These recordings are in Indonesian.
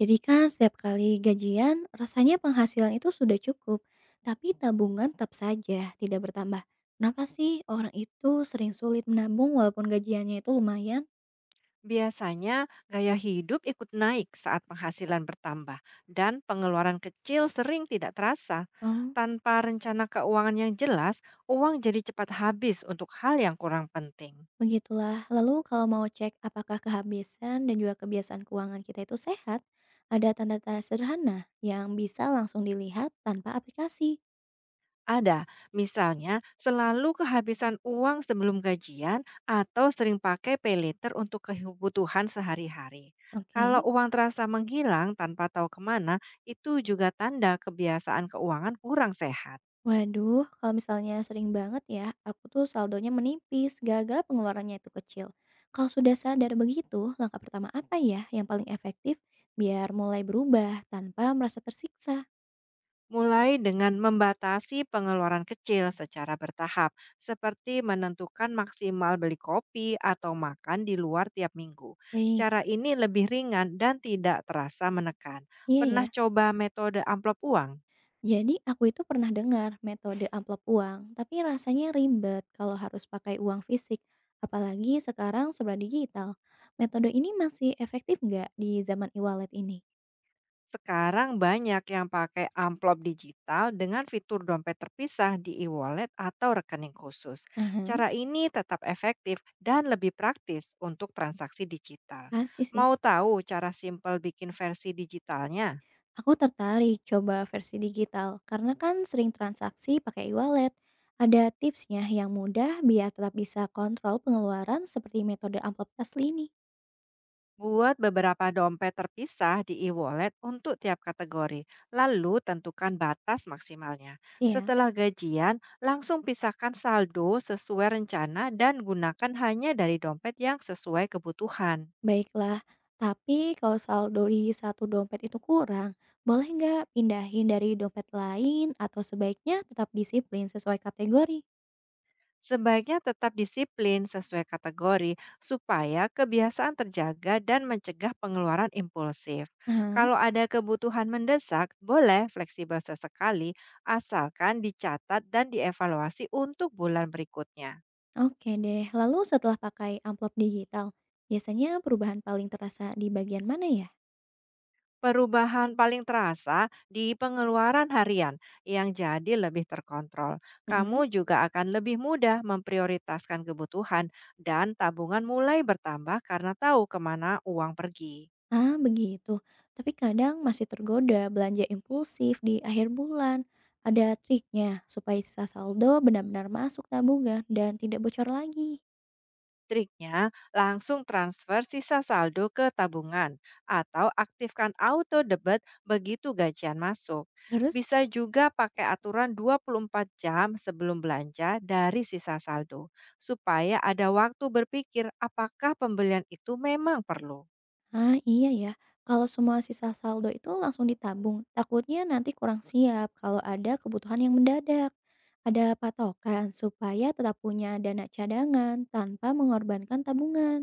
Jadi kan setiap kali gajian, rasanya penghasilan itu sudah cukup, tapi tabungan tetap saja tidak bertambah. Kenapa sih orang itu sering sulit menabung walaupun gajiannya itu lumayan? Biasanya, gaya hidup ikut naik saat penghasilan bertambah, dan pengeluaran kecil sering tidak terasa. Oh, Tanpa rencana keuangan yang jelas, uang jadi cepat habis untuk hal yang kurang penting. begitulah. Lalu kalau mau cek apakah kehabisan dan juga kebiasaan keuangan kita itu sehat, ada tanda-tanda sederhana yang bisa langsung dilihat tanpa aplikasi. Ada, misalnya, selalu kehabisan uang sebelum gajian atau sering pakai pay later untuk kebutuhan sehari-hari. Oke. Kalau uang terasa menghilang tanpa tahu kemana, itu juga tanda kebiasaan keuangan kurang sehat. Waduh, kalau misalnya sering banget ya, aku tuh saldonya menipis gara-gara pengeluarannya itu kecil. Kalau sudah sadar begitu, langkah pertama apa ya yang paling efektif biar mulai berubah tanpa merasa tersiksa? Mulai dengan membatasi pengeluaran kecil secara bertahap, seperti menentukan maksimal beli kopi atau makan di luar tiap minggu. Baik. Cara ini lebih ringan dan tidak terasa menekan. Iya Pernah ya. coba metode amplop uang? Jadi aku itu pernah dengar metode amplop uang, tapi rasanya ribet kalau harus pakai uang fisik, apalagi sekarang serba digital. Metode ini masih efektif nggak di zaman e-wallet ini? Sekarang banyak yang pakai amplop digital dengan fitur dompet terpisah di e-wallet atau rekening khusus. Aha. Cara ini tetap efektif dan lebih praktis untuk transaksi digital. Pasti sih. Mau tahu cara simpel bikin versi digitalnya? Aku tertarik coba versi digital karena kan sering transaksi pakai e-wallet. Ada tipsnya yang mudah biar tetap bisa kontrol pengeluaran seperti metode amplop asli ini. Buat beberapa dompet terpisah di e-wallet untuk tiap kategori, lalu tentukan batas maksimalnya. Sih ya, Setelah gajian, langsung pisahkan saldo sesuai rencana dan gunakan hanya dari dompet yang sesuai kebutuhan. baiklah. Tapi kalau saldo di satu dompet itu kurang, boleh nggak pindahin dari dompet lain atau sebaiknya tetap disiplin sesuai kategori? Sebaiknya tetap disiplin sesuai kategori supaya kebiasaan terjaga dan mencegah pengeluaran impulsif. Nah, Kalau ada kebutuhan mendesak, boleh fleksibel sesekali asalkan dicatat dan dievaluasi untuk bulan berikutnya. oke deh. Lalu setelah pakai amplop digital, biasanya perubahan paling terasa di bagian mana ya? Perubahan paling terasa di pengeluaran harian yang jadi lebih terkontrol. Kamu Mm-mm. juga akan lebih mudah memprioritaskan kebutuhan dan tabungan mulai bertambah karena tahu kemana uang pergi. Ah, begitu. Tapi kadang masih tergoda belanja impulsif di akhir bulan. Ada triknya supaya sisa saldo benar-benar masuk tabungan dan tidak bocor lagi. Triknya, langsung transfer sisa saldo ke tabungan atau aktifkan auto debit begitu gajian masuk. Terus, Bisa juga pakai aturan 24 jam sebelum belanja dari sisa saldo, supaya ada waktu berpikir apakah pembelian itu memang perlu. ah iya ya, kalau semua sisa saldo itu langsung ditabung, takutnya nanti kurang siap kalau ada kebutuhan yang mendadak. Ada patokan supaya tetap punya dana cadangan tanpa mengorbankan tabungan.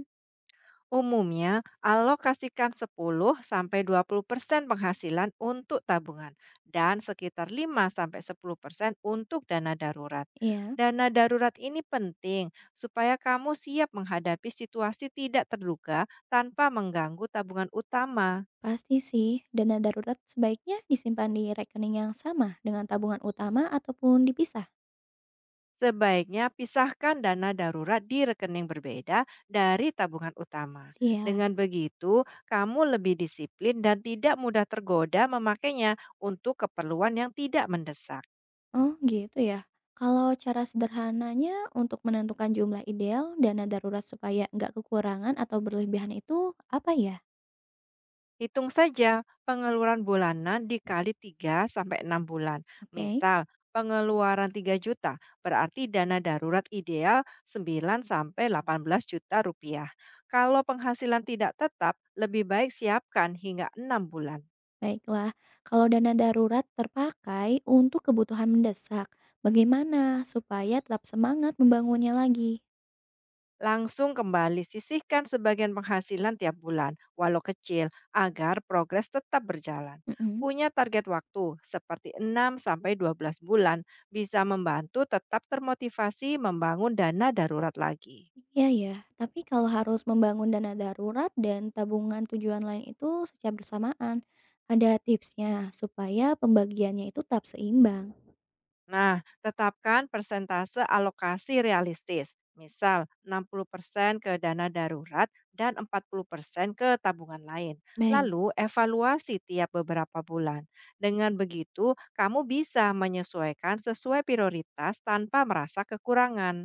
Umumnya, alokasikan 10 sampai 20% penghasilan untuk tabungan dan sekitar 5 sampai 10% untuk dana darurat. Iya. Dana darurat ini penting supaya kamu siap menghadapi situasi tidak terduga tanpa mengganggu tabungan utama. Pasti sih, dana darurat sebaiknya disimpan di rekening yang sama dengan tabungan utama ataupun dipisah? Sebaiknya pisahkan dana darurat di rekening berbeda dari tabungan utama. Siap. Dengan begitu, kamu lebih disiplin dan tidak mudah tergoda memakainya untuk keperluan yang tidak mendesak. Oh gitu ya. Kalau cara sederhananya untuk menentukan jumlah ideal dana darurat supaya nggak kekurangan atau berlebihan itu apa ya? Hitung saja pengeluaran bulanan dikali 3 sampai 6 bulan. Oke, Misal, pengeluaran 3 juta berarti dana darurat ideal 9 sampai 18 juta rupiah. Kalau penghasilan tidak tetap, lebih baik siapkan hingga 6 bulan. baiklah. Kalau dana darurat terpakai untuk kebutuhan mendesak, bagaimana supaya tetap semangat membangunnya lagi? Langsung kembali sisihkan sebagian penghasilan tiap bulan, walau kecil, agar progres tetap berjalan. Mm-mm. Punya target waktu seperti 6 sampai 12 bulan bisa membantu tetap termotivasi membangun dana darurat lagi. Iya ya, tapi kalau harus membangun dana darurat dan tabungan tujuan lain itu secara bersamaan, ada tipsnya supaya pembagiannya itu tetap seimbang. Nah, tetapkan persentase alokasi realistis. Misal, 60% ke dana darurat dan 40% ke tabungan lain. Baik. Lalu, evaluasi tiap beberapa bulan. Dengan begitu, kamu bisa menyesuaikan sesuai prioritas tanpa merasa kekurangan.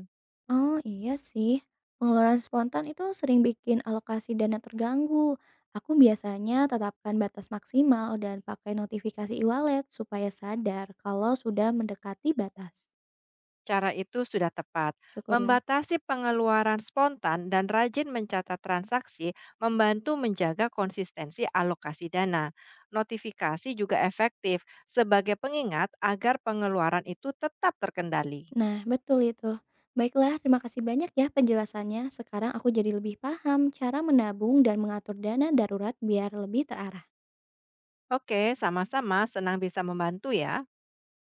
Oh iya sih, pengeluaran spontan itu sering bikin alokasi dana terganggu. Aku biasanya tetapkan batas maksimal dan pakai notifikasi e-wallet supaya sadar kalau sudah mendekati batas. Cara itu sudah tepat. Syukurlah. Membatasi pengeluaran spontan dan rajin mencatat transaksi membantu menjaga konsistensi alokasi dana. Notifikasi juga efektif sebagai pengingat agar pengeluaran itu tetap terkendali. Nah, betul itu. Baiklah, terima kasih banyak ya penjelasannya. Sekarang aku jadi lebih paham cara menabung dan mengatur dana darurat biar lebih terarah. Oke, sama-sama senang bisa membantu ya.